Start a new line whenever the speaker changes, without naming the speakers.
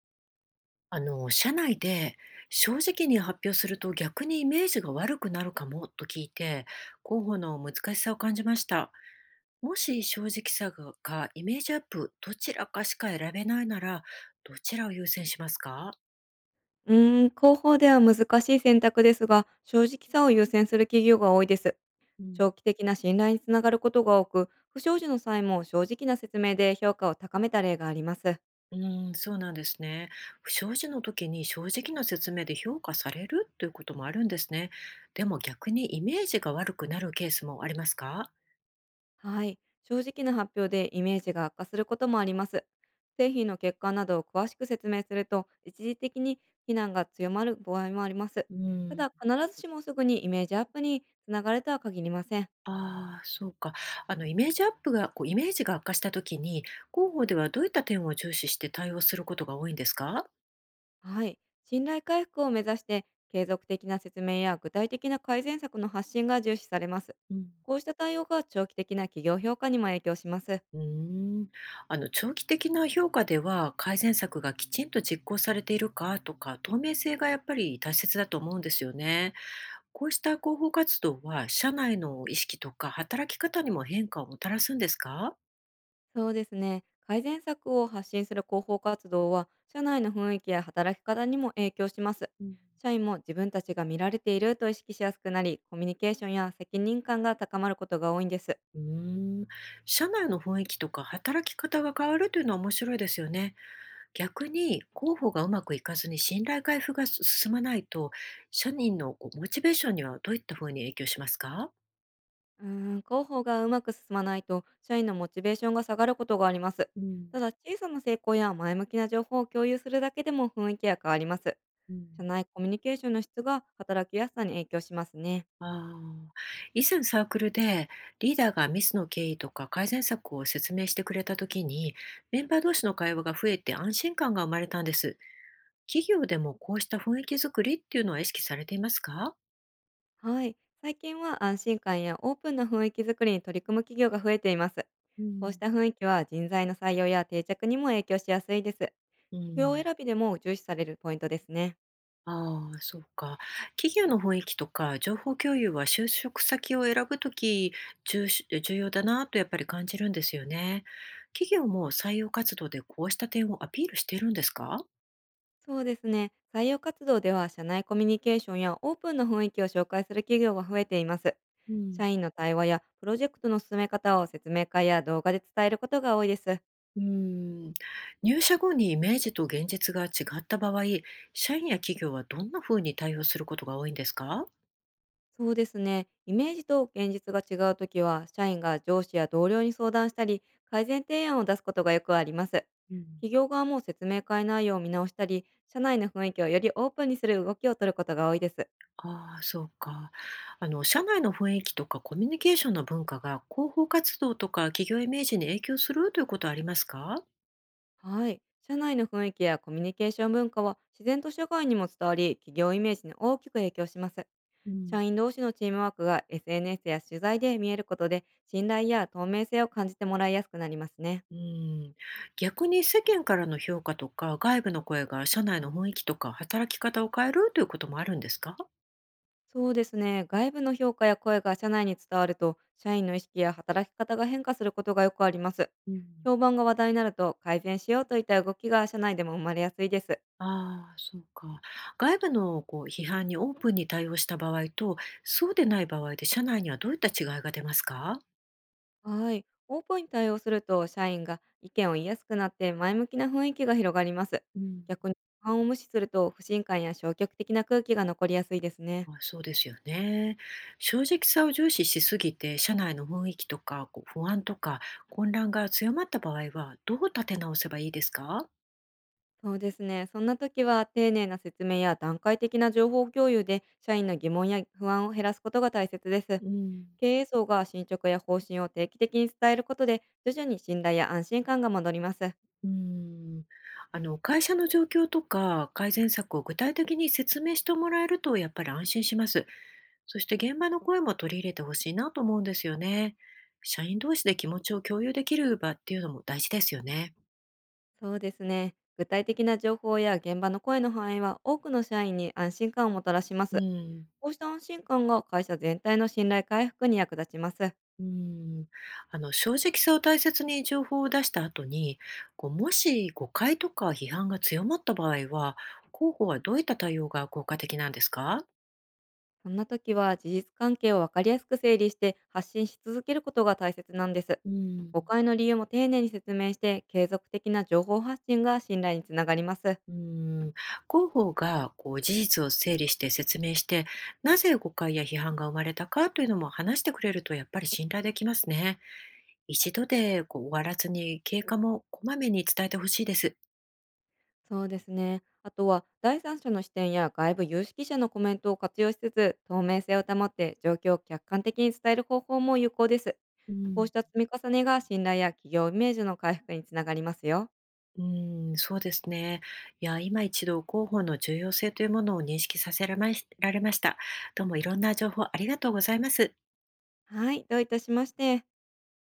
社内で正直に発表すると逆にイメージが悪くなるかもと聞いて、候補の難しさを感じました。もし正直さがかイメージアップ、どちらかしか選べないなら、どちらを優先しますか？
うーん、広報では難しい選択ですが、正直さを優先する企業が多いです。
うん。
長期的な信頼につながることが多く、不祥事の際も正直な説明で評価を高めた例があります。
うん、そうなんですね。不祥事の時に正直な説明で評価されるということもあるんですね。でも逆にイメージが悪くなるケースもありますか？
はい。正直な発表でイメージが悪化することもあります。製品の欠陥などを詳しく説明すると、一時的に非難が強まる場合もあります。
う
た
ん。
だ、必ずしもすぐにイメージアップにつながるとは限りません。
ああ、そうか。イメージアップが、イメージが悪化した時に、広報ではどういった点を重視して対応することが多いんですか？
はい。信頼回復を目指して、継続的な説明や具体的な改善策の発信が重視されます。
うん。
こうした対応が長期的な企業評価にも影響します。
うーん。長期的な評価では、改善策がきちんと実行されているかとか、透明性がやっぱり大切だと思うんですよね。こうした広報活動は、社内の意識とか働き方にも変化をもたらすんですか？
そうですね。改善策を発信する広報活動は、社内の雰囲気や働き方にも影響します。
うん。
社員も自分たちが見られていると意識しやすくなり、コミュニケーションや責任感が高まることが多いんです。
うーん、社内の雰囲気とか働き方が変わるというのは面白いですよね。逆に広報がうまくいかずに信頼回復が進まないと、社員のモチベーションにはどういった風に影響しますか？
うーん、広報がうまく進まないと、社員のモチベーションが下がることがあります。
うん、
ただ、小さな成功や前向きな情報を共有するだけでも雰囲気が変わります。
うん。
社内コミュニケーションの質が働きやすさに影響しますね。
ああ、以前サークルでリーダーがミスの経緯とか改善策を説明してくれた時に、メンバー同士の会話が増えて安心感が生まれたんです。企業でもこうした雰囲気づくりっていうのは意識されていますか？
はい。最近は安心感やオープンな雰囲気づくりに取り組む企業が増えています。
う
こうし
ん。
た雰囲気は人材の採用や定着にも影響しやすいです。企
う
業
ん。
選びでも重視されるポイントですね。
ああ、そうか。企業の雰囲気とか情報共有は就職先を選ぶとき重要だなとやっぱり感じるんですよね。企業も採用活動でこうした点をアピールしているんですか？
そうですね。採用活動では社内コミュニケーションやオープンな雰囲気を紹介する企業が増えています。
うん、
社員の対話やプロジェクトの進め方を説明会や動画で伝えることが多いです。
うん。入社後にイメージと現実が違った場合、社員や企業はどんなふうに対応することが多いんですか？
そうですね。イメージと現実が違うときは、社員が上司や同僚に相談したり、改善提案を出すことがよくあります。
うん。
企業側も説明会内容を見直したり、社内の雰囲気をよりオープンにする動きを取ることが多いです。
ああ、そうか。社内の雰囲気とかコミュニケーションの文化が広報活動とか企業イメージに影響するということはありますか？
はい。社内の雰囲気やコミュニケーション文化は自然と社会にも伝わり、企業イメージに大きく影響します。
うん、
社員同士のチームワークが SNS や取材で見えることで、信頼や透明性を感じてもらいやすくなりますね。
うん。逆に世間からの評価とか外部の声が社内の雰囲気とか働き方を変えるということもあるんですか？
そうですね。外部の評価や声が社内に伝わると、社員の意識や働き方が変化することがよくあります。
うん。
評判が話題になると、改善しようといった動きが社内でも生まれやすいです。
ああ、そうか。外部の批判にオープンに対応した場合と、そうでない場合で社内にはどういった違いが出ますか？
はい。オープンに対応すると、社員が意見を言いやすくなって前向きな雰囲気が広がります。
うん。
逆に不安を無視すると、不信感や消極的な空気が残りやすいですね。
まあ、そうですよね。正直さを重視しすぎて、社内の雰囲気とか、不安とか混乱が強まった場合は、どう立て直せばいいですか？
そうですね。そんな時は、丁寧な説明や段階的な情報共有で、社員の疑問や不安を減らすことが大切です。
うん、
経営層が進捗や方針を定期的に伝えることで、徐々に信頼や安心感が戻ります。
うん。あの会社の状況とか改善策を具体的に説明してもらえるとやっぱり安心します。そして現場の声も取り入れてほしいなと思うんですよね。社員同士で気持ちを共有できる場っていうのも大事ですよね。
そうですね。具体的な情報や現場の声の反映は、多くの社員に安心感をもたらしま
う
す。
ん。
こうした安心感が会社全体の信頼回復に役立ちます。
うーん、正直さを大切に情報を出した後に、もし誤解とか批判が強まった場合は、広報はどういった対応が効果的なんですか？
そんな時は、事実関係を分かりやすく整理して発信し続けることが大切なんです。
うん、
誤解の理由も丁寧に説明して、継続的な情報発信が信頼につながります。
うん。広報が事実を整理して説明して、なぜ誤解や批判が生まれたかというのも話してくれるとやっぱり信頼できますね。一度で終わらずに経過もこまめに伝えてほしいです。
そうですね。あとは、第三者の視点や外部有識者のコメントを活用しつつ、透明性を保って状況を客観的に伝える方法も有効です。
う
こう
ん。
した積み重ねが信頼や企業イメージの回復につながりますよ。
うーん、そうですね。いや、今一度広報の重要性というものを認識させられました。どうもいろんな情報ありがとうございます。
はい、どういたしまして。